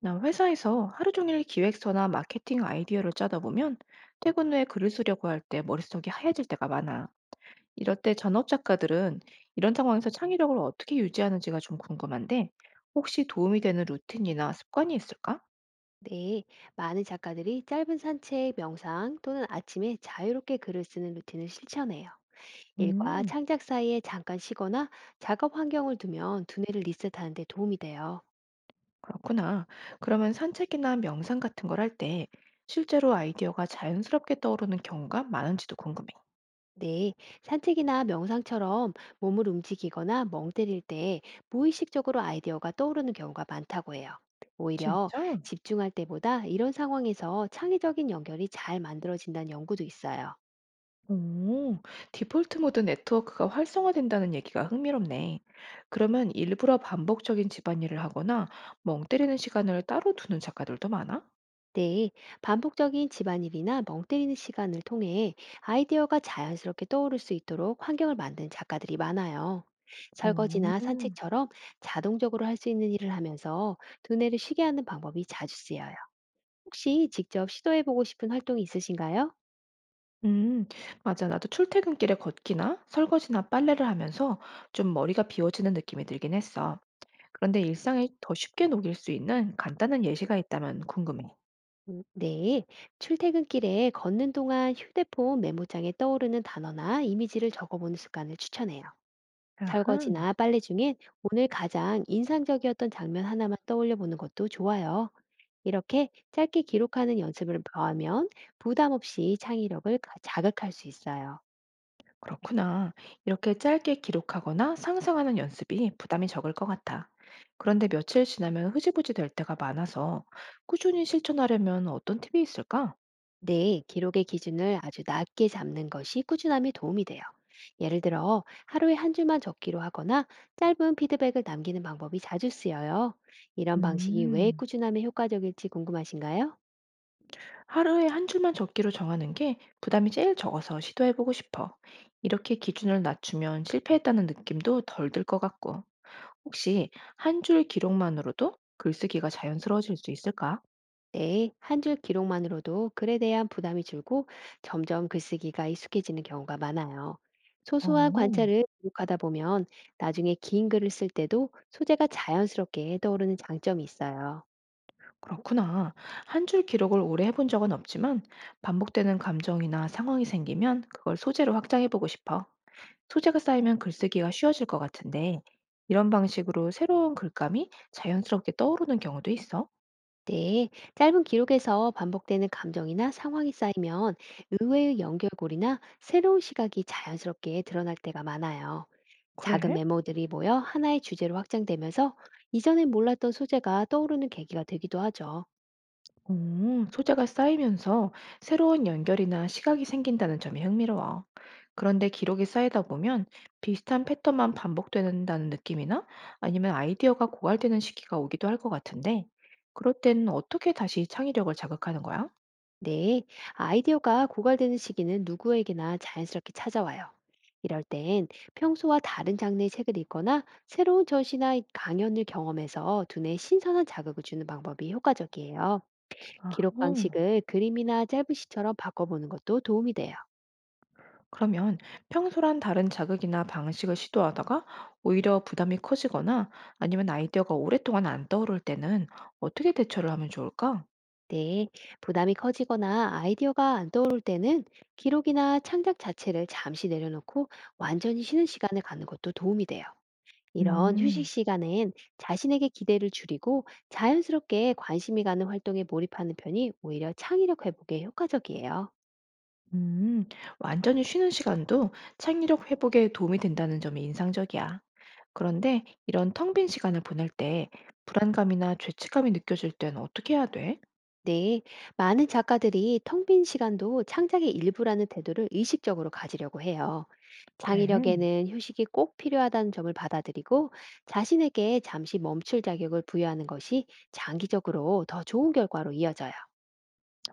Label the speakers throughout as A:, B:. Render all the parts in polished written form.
A: 나 회사에서 하루 종일 기획서나 마케팅 아이디어를 짜다 보면 퇴근 후에 글을 쓰려고 할 때 머릿속이 하얘질 때가 많아. 이럴 때 전업 작가들은 이런 상황에서 창의력을 어떻게 유지하는지가 좀 궁금한데 혹시 도움이 되는 루틴이나 습관이 있을까?
B: 네, 많은 작가들이 짧은 산책, 명상 또는 아침에 자유롭게 글을 쓰는 루틴을 실천해요. 일과
A: 음,
B: 창작 사이에 잠깐 쉬거나 작업 환경을 두면 두뇌를 리셋하는 데 도움이 돼요.
A: 그렇구나. 그러면 산책이나 명상 같은 걸 할 때 실제로 아이디어가 자연스럽게 떠오르는 경우가 많은지도 궁금해.
B: 네, 산책이나 명상처럼 몸을 움직이거나 멍 때릴 때 무의식적으로 아이디어가 떠오르는 경우가 많다고 해요. 오히려
A: 진짜?
B: 집중할 때보다 이런 상황에서 창의적인 연결이 잘 만들어진다는 연구도 있어요.
A: 오, 디폴트 모드 네트워크가 활성화된다는 얘기가 흥미롭네. 그러면 일부러 반복적인 집안일을 하거나 멍 때리는 시간을 따로 두는 작가들도 많아?
B: 네, 반복적인 집안일이나 멍 때리는 시간을 통해 아이디어가 자연스럽게 떠오를 수 있도록 환경을 만든 작가들이 많아요.
A: 오,
B: 설거지나 산책처럼 자동적으로 할 수 있는 일을 하면서 두뇌를 쉬게 하는 방법이 자주 쓰여요. 혹시 직접 시도해보고 싶은 활동이 있으신가요?
A: 음, 맞아. 나도 출퇴근길에 걷기나 설거지나 빨래를 하면서 좀 머리가 비워지는 느낌이 들긴 했어. 그런데 일상에 더 쉽게 녹일 수 있는 간단한 예시가 있다면 궁금해.
B: 네, 출퇴근길에 걷는 동안 휴대폰 메모장에 떠오르는 단어나 이미지를 적어보는 습관을 추천해요.
A: 아하.
B: 설거지나 빨래 중엔 오늘 가장 인상적이었던 장면 하나만 떠올려 보는 것도 좋아요. 이렇게 짧게 기록하는 연습을 더하면 부담 없이 창의력을 자극할 수 있어요.
A: 그렇구나. 이렇게 짧게 기록하거나 상상하는 연습이 부담이 적을 것 같아. 그런데 며칠 지나면 흐지부지 될 때가 많아서 꾸준히 실천하려면 어떤 팁이 있을까?
B: 네, 기록의 기준을 아주 낮게 잡는 것이 꾸준함에 도움이 돼요. 예를 들어 하루에 한 줄만 적기로 하거나 짧은 피드백을 남기는 방법이 자주 쓰여요. 이런 방식이 왜
A: 음,
B: 꾸준함에 효과적일지 궁금하신가요?
A: 하루에 한 줄만 적기로 정하는 게 부담이 제일 적어서 시도해보고 싶어. 이렇게 기준을 낮추면 실패했다는 느낌도 덜 들 것 같고. 혹시 한 줄 기록만으로도 글쓰기가 자연스러워질 수 있을까?
B: 네, 한 줄 기록만으로도 글에 대한 부담이 줄고 점점 글쓰기가 익숙해지는 경우가 많아요. 소소한
A: 어.
B: 관찰을 기록하다 보면 나중에 긴 글을 쓸 때도 소재가 자연스럽게 떠오르는 장점이 있어요.
A: 그렇구나. 한 줄 기록을 오래 해본 적은 없지만 반복되는 감정이나 상황이 생기면 그걸 소재로 확장해보고 싶어. 소재가 쌓이면 글쓰기가 쉬워질 것 같은데 이런 방식으로 새로운 글감이 자연스럽게 떠오르는 경우도 있어.
B: 네, 짧은 기록에서 반복되는 감정이나 상황이 쌓이면 의외의 연결고리나 새로운 시각이 자연스럽게 드러날 때가 많아요. 작은
A: 그래?
B: 메모들이 모여 하나의 주제로 확장되면서 이전에 몰랐던 소재가 떠오르는 계기가 되기도 하죠.
A: 소재가 쌓이면서 새로운 연결이나 시각이 생긴다는 점이 흥미로워. 그런데 기록이 쌓이다 보면 비슷한 패턴만 반복된다는 느낌이나 아니면 아이디어가 고갈되는 시기가 오기도 할 것 같은데, 그럴 때는 어떻게 다시 창의력을 자극하는 거야?
B: 네, 아이디어가 고갈되는 시기는 누구에게나 자연스럽게 찾아와요. 이럴 땐 평소와 다른 장르의 책을 읽거나 새로운 전시나 강연을 경험해서 두뇌에 신선한 자극을 주는 방법이 효과적이에요. 기록
A: 아,
B: 방식을 그림이나 짧은 시처럼 바꿔보는 것도 도움이 돼요.
A: 그러면 평소랑 다른 자극이나 방식을 시도하다가 오히려 부담이 커지거나 아니면 아이디어가 오랫동안 안 떠오를 때는 어떻게 대처를 하면 좋을까?
B: 네, 부담이 커지거나 아이디어가 안 떠오를 때는 기록이나 창작 자체를 잠시 내려놓고 완전히 쉬는 시간을 갖는 것도 도움이 돼요. 이런 휴식
A: 음.
B: 시간엔 자신에게 기대를 줄이고 자연스럽게 관심이 가는 활동에 몰입하는 편이 오히려 창의력 회복에 효과적이에요.
A: 음, 완전히 쉬는 시간도 창의력 회복에 도움이 된다는 점이 인상적이야. 그런데 이런 텅 빈 시간을 보낼 때 불안감이나 죄책감이 느껴질 땐 어떻게 해야 돼?
B: 네, 많은 작가들이 텅 빈 시간도 창작의 일부라는 태도를 의식적으로 가지려고 해요.
A: 그래.
B: 창의력에는 휴식이 꼭 필요하다는 점을 받아들이고 자신에게 잠시 멈출 자격을 부여하는 것이 장기적으로 더 좋은 결과로 이어져요.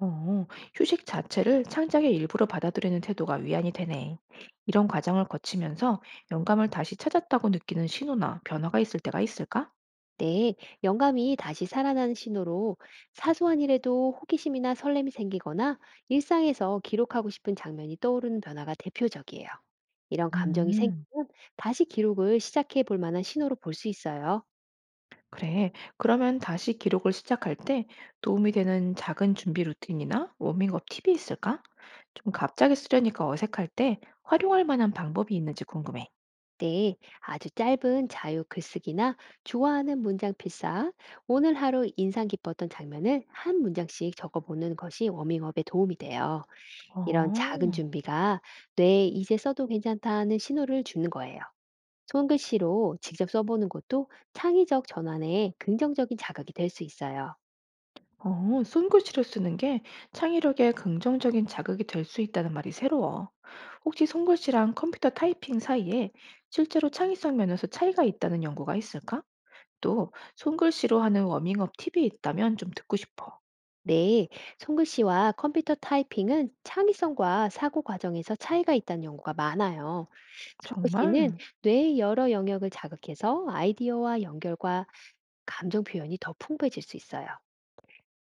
A: 어, 휴식 자체를 창작의 일부로 받아들이는 태도가 위안이 되네. 이런 과정을 거치면서 영감을 다시 찾았다고 느끼는 신호나 변화가 있을 때가 있을까?
B: 네, 영감이 다시 살아나는 신호로 사소한 일에도 호기심이나 설렘이 생기거나 일상에서 기록하고 싶은 장면이 떠오르는 변화가 대표적이에요. 이런 감정이
A: 음.
B: 생기면 다시 기록을 시작해 볼 만한 신호로 볼 수 있어요.
A: 그래. 그러면 다시 기록을 시작할 때 도움이 되는 작은 준비 루틴이나 워밍업 팁이 있을까? 좀 갑자기 쓰려니까 어색할 때 활용할 만한 방법이 있는지 궁금해.
B: 네, 아주 짧은 자유 글쓰기나 좋아하는 문장 필사, 오늘 하루 인상 깊었던 장면을 한 문장씩 적어보는 것이 워밍업에 도움이 돼요. 이런 작은
A: 어,
B: 준비가 뇌에 이제 써도 괜찮다는 신호를 주는 거예요. 손글씨로 직접 써보는 것도 창의적 전환에 긍정적인 자극이 될 수 있어요.
A: 어, 손글씨로 쓰는 게 창의력에 긍정적인 자극이 될 수 있다는 말이 새로워. 혹시 손글씨랑 컴퓨터 타이핑 사이에 실제로 창의성 면에서 차이가 있다는 연구가 있을까? 또 손글씨로 하는 워밍업 팁이 있다면 좀 듣고 싶어.
B: 네, 손글씨와 컴퓨터 타이핑은 창의성과 사고 과정에서 차이가 있다는 연구가 많아요. 손글씨는
A: 정말?
B: 뇌의 여러 영역을 자극해서 아이디어와 연결과 감정 표현이 더 풍부해질 수 있어요.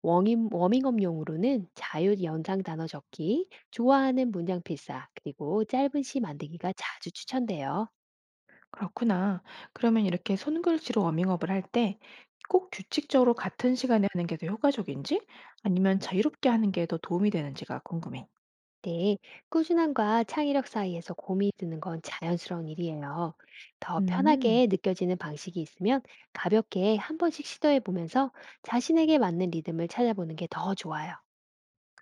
B: 워밍업용으로는 자유 연상 단어 적기, 좋아하는 문장 필사, 그리고 짧은 시 만들기가 자주 추천돼요.
A: 그렇구나. 그러면 이렇게 손글씨로 워밍업을 할 때 꼭 규칙적으로 같은 시간에 하는 게 더 효과적인지 아니면 자유롭게 하는 게 더 도움이 되는지가 궁금해.
B: 네, 꾸준함과 창의력 사이에서 고민이 드는 건 자연스러운 일이에요. 더
A: 음,
B: 편하게 느껴지는 방식이 있으면 가볍게 한 번씩 시도해 보면서 자신에게 맞는 리듬을 찾아보는 게 더 좋아요.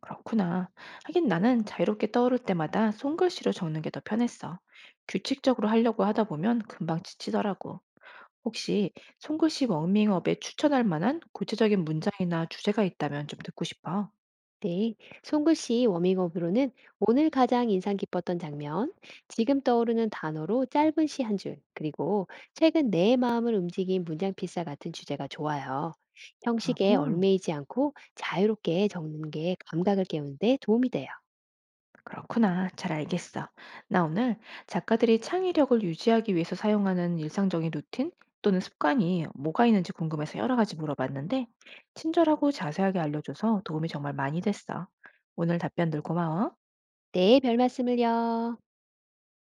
A: 그렇구나. 하긴 나는 자유롭게 떠오를 때마다 손글씨로 적는 게 더 편했어. 규칙적으로 하려고 하다 보면 금방 지치더라고. 혹시 손글씨 워밍업에 추천할 만한 구체적인 문장이나 주제가 있다면 좀 듣고 싶어.
B: 네, 손글씨 워밍업으로는 오늘 가장 인상 깊었던 장면, 지금 떠오르는 단어로 짧은 시 한 줄, 그리고 최근 내 마음을 움직인 문장 필사 같은 주제가 좋아요. 형식에
A: 아하.
B: 얽매이지 않고 자유롭게 적는 게 감각을 깨우는 데 도움이 돼요.
A: 그렇구나. 잘 알겠어. 나 오늘 작가들이 창의력을 유지하기 위해서 사용하는 일상적인 루틴 또는 습관이 뭐가 있는지 궁금해서 여러 가지 물어봤는데, 친절하고 자세하게 알려줘서 도움이 정말 많이 됐어. 오늘 답변들 고마워.
B: 네, 별 말씀을요.